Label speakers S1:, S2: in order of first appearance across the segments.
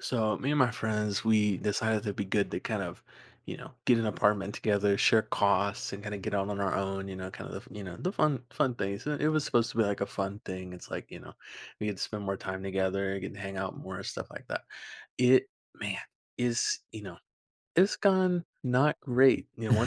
S1: So me and my friends, we decided it'd be good to get an apartment together, share costs, and kind of get out on our own. You know, kind of the you know the fun fun things It was supposed to be like a fun thing. It's like you know, We get to spend more time together, get to hang out more, stuff like that. It man is you know it's gone not great. You know, one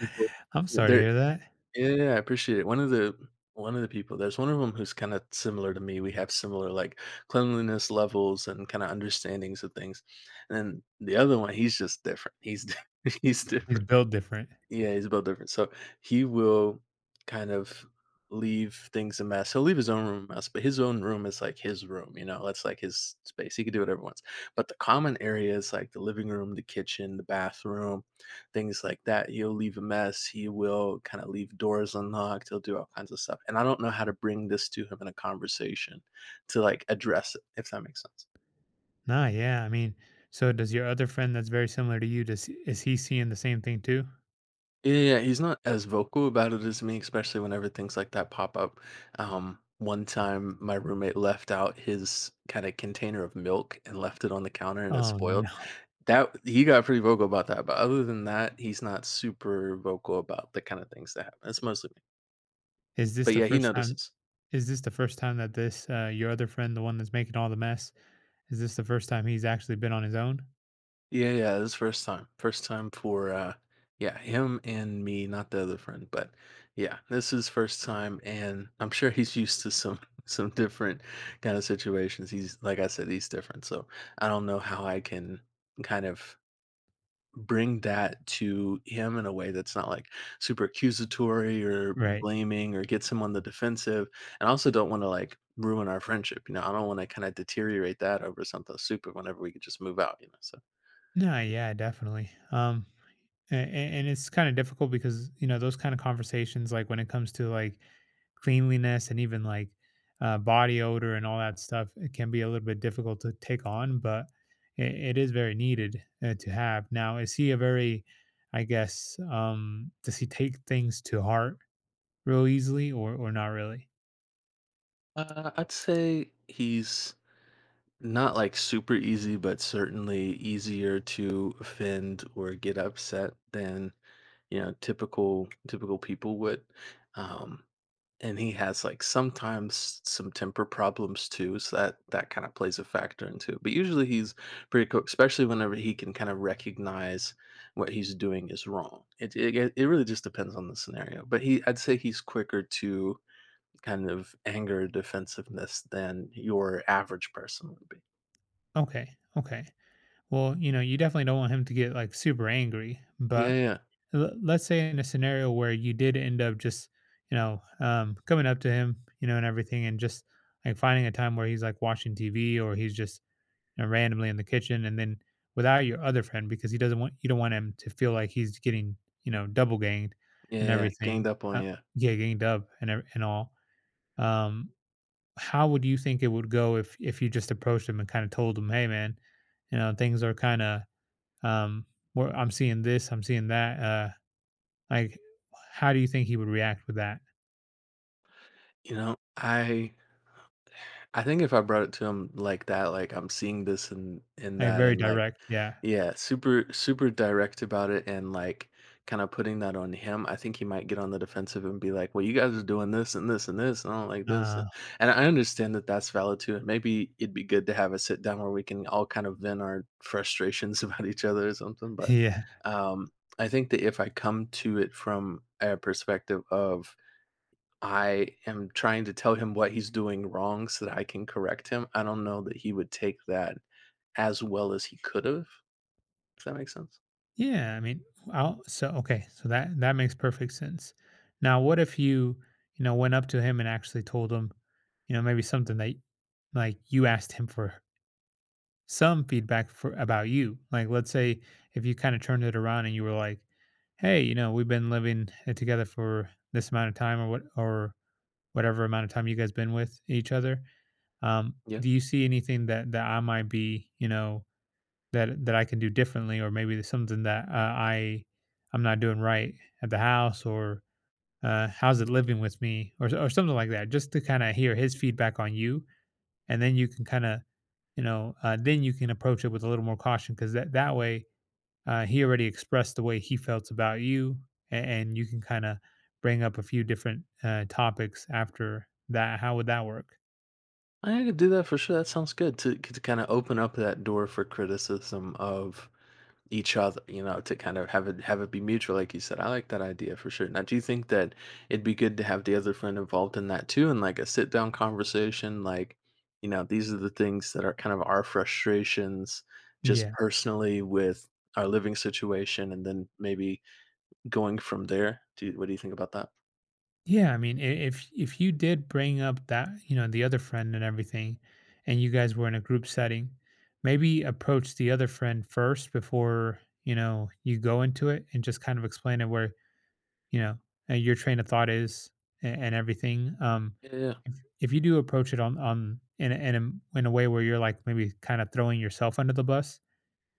S1: people
S2: I'm sorry to
S1: there
S2: hear that.
S1: Yeah, yeah, yeah, I appreciate it. One of the people, there's one of them who's kind of similar to me. We have similar like cleanliness levels and kind of understandings of things. And then the other one, he's just different. He's
S2: He's
S1: different.
S2: built different.
S1: Yeah, he's a little different. So he will kind of leave things a mess. He'll leave his own room a mess, but his own room is like his room, you know, that's like his space. He can do whatever he wants. But the common areas like the living room, the kitchen, the bathroom, things like that, he'll leave a mess. He will kind of leave doors unlocked. He'll do all kinds of stuff. And I don't know how to bring this to him in a conversation to like address it, if that makes sense.
S2: Nah, yeah. I mean, so does your other friend that's very similar to you, does is he seeing the same thing too?
S1: Yeah, yeah, yeah, he's not as vocal about it as me, especially whenever things like that pop up. One time, my roommate left out his kind of container of milk and left it on the counter, and it
S2: Oh
S1: spoiled.
S2: no.
S1: That he got pretty vocal about that, but other than that, he's not super vocal about the kind of things that happen. It's mostly me,
S2: Is this
S1: but
S2: the
S1: yeah, he
S2: first time
S1: notices.
S2: is this the first time that this your other friend, the one that's making all the mess, is this the first time he's actually been on his own?
S1: Yeah, yeah, this first time. First time for yeah, him and me, not the other friend, but yeah, this is first time and I'm sure he's used to some some different kind of situations. He's like I said, he's different. So I don't know how I can kind of bring that to him in a way that's not like super accusatory or
S2: Right.
S1: blaming or gets him on the defensive. And I also don't want to like ruin our friendship. You know, I don't want to kind of deteriorate that over something stupid whenever we could just move out, you know. So
S2: No, yeah, definitely. And it's kind of difficult because, you know, those kind of conversations, like when it comes to like cleanliness and even like body odor and all that stuff, it can be a little bit difficult to take on. But it is very needed, to have. Now, is he a very, I guess, does he take things to heart real easily, or not really?
S1: I'd say he's not like super easy, but certainly easier to offend or get upset than, you know, typical people would. Um, and he has like sometimes some temper problems too, so that kind of plays a factor into it. But usually he's pretty cool, especially whenever he can kind of recognize what he's doing is wrong. It really just depends on the scenario. But I'd say he's quicker to kind of anger defensiveness than your average person would be.
S2: Okay. Okay. Well, you know, you definitely don't want him to get like super angry.
S1: Yeah,
S2: But
S1: yeah.
S2: let's say in a scenario where you did end up just, you know, coming up to him, you know, and everything, and just like finding a time where he's like watching TV or he's just, you know, randomly in the kitchen, and then without your other friend, because he doesn't want, you don't want him to feel like he's getting, you know, double ganged
S1: Yeah,
S2: and
S1: yeah, ganged
S2: everything.
S1: up on
S2: uh,
S1: you.
S2: yeah, ganged up and and all. Um, how would you think it would go if you just approached him and kind of told him, hey man, you know, things are kind of, um, where I'm seeing this, I'm seeing that, like, how do you think he would react with that?
S1: You know, I think if I brought it to him like that, like I'm seeing this and
S2: Like,
S1: that
S2: very
S1: and like
S2: direct, yeah.
S1: yeah, super direct about it and like kind of putting that on him, I think he might get on the defensive and be like, "Well, you guys are doing this and this and this, and I don't like this."
S2: Uh,
S1: And I understand that that's valid too. And maybe it'd be good to have a sit down where we can all kind of vent our frustrations about each other or something. But
S2: yeah.
S1: um, I think that if I come to it from a perspective of I am trying to tell him what he's doing wrong so that I can correct him. I don't know that he would take that as well as he could have, if that makes sense.
S2: Yeah, I mean, I'll, so, okay, so that that makes perfect sense. Now, what if you, you know, went up to him and actually told him, you know, maybe something that, like, you asked him for some feedback for about you. Like, let's say if you kind of turned it around and you were like, "Hey, you know, we've been living, together for this amount of time, or what, or whatever amount of time you guys been with each other."
S1: Yeah.
S2: Do you see anything that that I might be, you know, that that I can do differently, or maybe there's something that, I I'm not doing right at the house, or how's it living with me, or something like that, just to kind of hear his feedback on you, and then you can kind of, you know, then you can approach it with a little more caution, because that that way, he already expressed the way he felt about you, and you can kind of bring up a few different topics after that. How would that work?
S1: I could do that for sure. That sounds good to kinda open up that door for criticism of each other, you know, to kind of have it be mutual, like you said. I like that idea for sure. Now, do you think that it'd be good to have the other friend involved in that too, and like a sit down conversation, like, you know, these are the things that are kind of our frustrations, just
S2: Yeah.
S1: personally with our living situation, and then maybe going from there. What do you think about that?
S2: Yeah, I mean, if you did bring up that, you know, the other friend and everything, and you guys were in a group setting, maybe approach the other friend first before, you know, you go into it, and just kind of explain it where, you know, your train of thought is, and everything.
S1: Yeah. Yeah.
S2: If, if you do approach it on, in a, in a, in a way where you're like maybe kind of throwing yourself under the bus,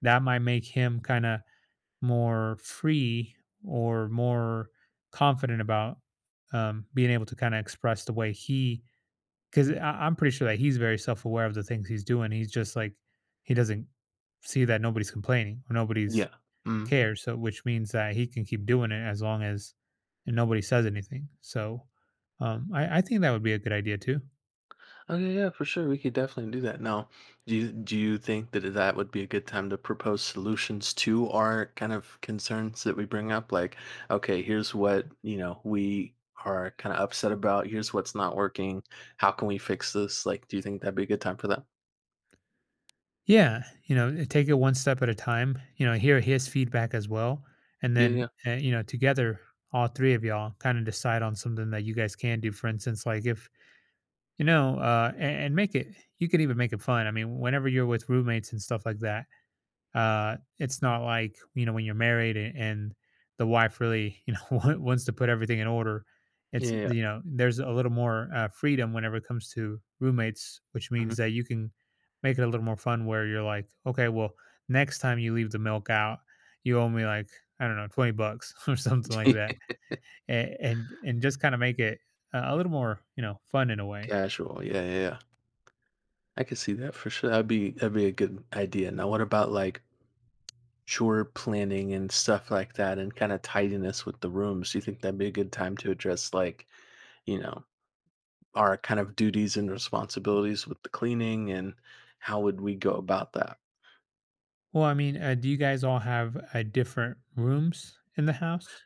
S2: that might make him kind of more free or more confident about, being able to kind of express the way he, because I'm pretty sure that he's very self-aware of the things he's doing. He's just like, he doesn't see that nobody's complaining or nobody's
S1: Yeah.
S2: cares, so which means that he can keep doing it as long as, and nobody says anything. So um, I think that would be a good idea too.
S1: Okay, yeah, for sure. We could definitely do that. Now, do you think that that would be a good time to propose solutions to our kind of concerns that we bring up? Like, okay, here's what, you know, we are kind of upset about. Here's what's not working. How can we fix this? Like, do you think that'd be a good time for that?
S2: Yeah, you know, eh, take it one step at a time, you know, hear his feedback as well. And
S1: Yeah,
S2: then,
S1: yeah,
S2: you know, together, all three of y'all kind of decide on something that you guys can do. For instance, like if, you know, and make it, you could even make it fun. I mean, whenever you're with roommates and stuff like that, it's not like, you know, when you're married, and the wife really, you know, wants to put everything in order.
S1: yeah,
S2: It's,
S1: yeah.
S2: you know, there's a little more freedom whenever it comes to roommates, which
S1: Hmm.
S2: means that you can make it a little more fun where you're like, okay, well, next time you leave the milk out, you owe me like, I don't know, 20 bucks or something like that. And just kind of make it a little more, you know, fun in a way.
S1: Casual. Yeah, yeah, yeah. I could see that for sure. That'd be a good idea. Now, what about like chore planning and stuff like that, and kind of tidiness with the rooms? Do you think that'd be a good time to address like you know, our kind of duties and responsibilities with the cleaning and how would we go about that?
S2: Well, I mean, do you guys all have different rooms in the house?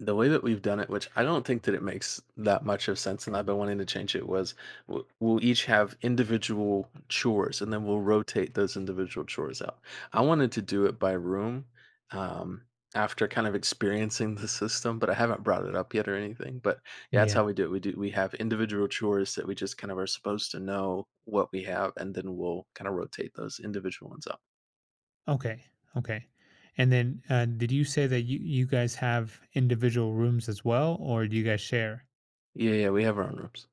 S1: The way that we've done it, which I don't think that it makes that much of sense, and I've been wanting to change it, was we'll each have individual chores and then we'll rotate those individual chores out. I wanted to do it by room um, after kind of experiencing the system, but I haven't brought it up yet or anything. But yeah, that's
S2: Yeah.
S1: how we do it. We have individual chores that we just kind of are supposed to know what we have, and then we'll kind of rotate those individual ones out.
S2: Okay. Okay. And then did you say that you guys have individual rooms as well, or do you guys share?
S1: Yeah, yeah, we have our own rooms.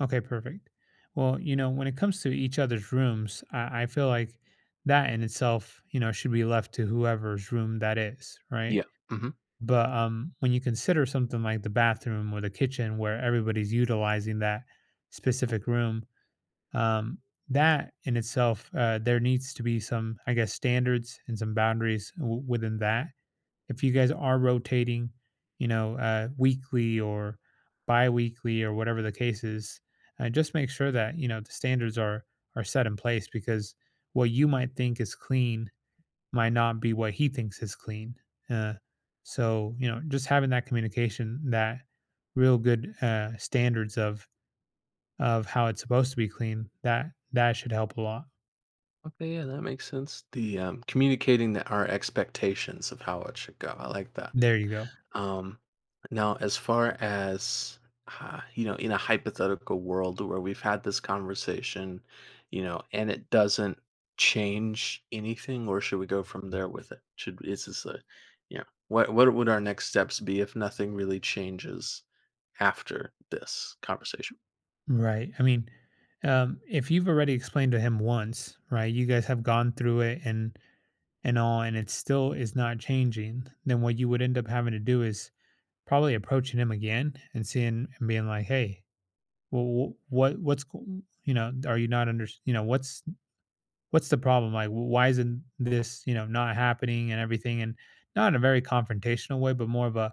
S2: Okay, perfect. Well, you know, when it comes to each other's rooms, I feel like that in itself, you know, should be left to whoever's room that is, right?
S1: Yeah. Mhm.
S2: But when you consider something like the bathroom or the kitchen where everybody's utilizing that specific room, um, that in itself, there needs to be some, I guess, standards and some boundaries within that. If you guys are rotating, you know, weekly or bi-weekly or whatever the case is, just make sure that, you know, the standards are set in place, because what you might think is clean might not be what he thinks is clean. Uh, so you know, just having that communication, that real good standards of how it's supposed to be clean, that should help a lot.
S1: Okay, yeah, that makes sense. The Communicating that our expectations of how it should go, I like that.
S2: There you go.
S1: Um, now, as far as you know, in a hypothetical world where we've had this conversation, you know, and it doesn't change anything, or should we go from there with it? Should is this a, you know, what would our
S2: Right. I mean, if you've already explained to him once, right, you guys have gone through it and all, and it still is not changing, then what you would end up having to do is probably approaching him again and seeing and being like, hey, well, what's you know, are you not under, you know, what's the problem? Like, why isn't this, you know, not happening and everything? And not in a very confrontational way, but more of a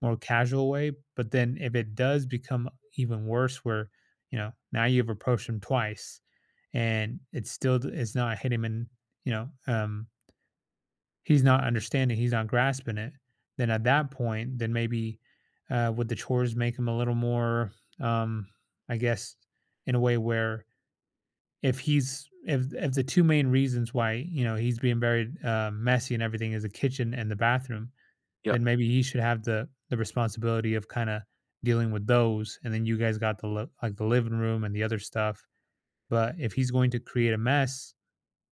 S2: more casual way. But then if it does become even worse, where, you know, now you've approached him twice, and it's still it's not hit him, and you know he's not understanding, he's not grasping it. Then at that point, then maybe would the chores make him a little more, um, I guess, in a way where if he's, if the two main reasons why, you know, he's being very messy and everything is the kitchen and the bathroom, then maybe he should have the responsibility of kind of dealing with those, and then you guys got the like the living room and the other stuff. But if he's going to create a mess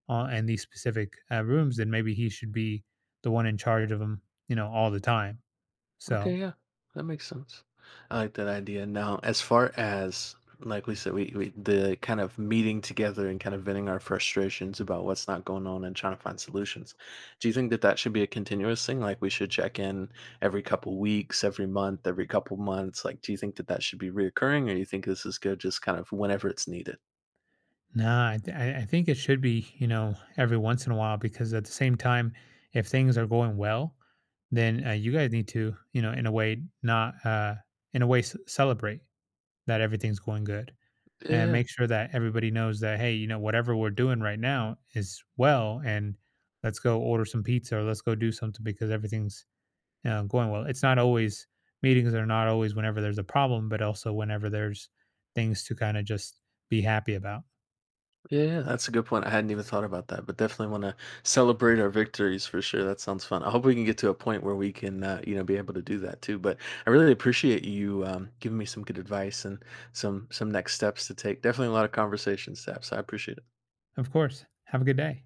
S2: on in these specific rooms, then maybe he should be the one in charge of them, you know, all the time.
S1: Okay,
S2: So
S1: yeah, that makes sense. I like that idea. Now, as far as like we said, we the kind of meeting together and kind of venting our frustrations about what's not going on and trying to find solutions. Do you think that that should be a continuous thing? Like we should check in every couple weeks, every month, every couple months. Like, do you think that that should be reoccurring, or you think this is good just kind of whenever it's needed?
S2: nah, I, th- I think it should be, you know, every once in a while, because at the same time, if things are going well, then you guys need to, you know, in a way not in a way c- celebrate that everything's going good, and
S1: Yeah.
S2: make sure that everybody knows that, hey, you know, whatever we're doing right now is well, and let's go order some pizza, or let's go do something, because everything's, you know, going well. It's not always, meetings are not always whenever there's a problem, but also whenever there's things to kind of just be happy about.
S1: Yeah, yeah, that's a good point. I hadn't even thought about that, but definitely want to celebrate our victories for sure. That sounds fun. I hope we can get to a point where we can, you know, be able to do that too. But I really appreciate you giving me some good advice and some next steps to take. Definitely a lot of conversations to have, so I appreciate it.
S2: Of course, have a good day.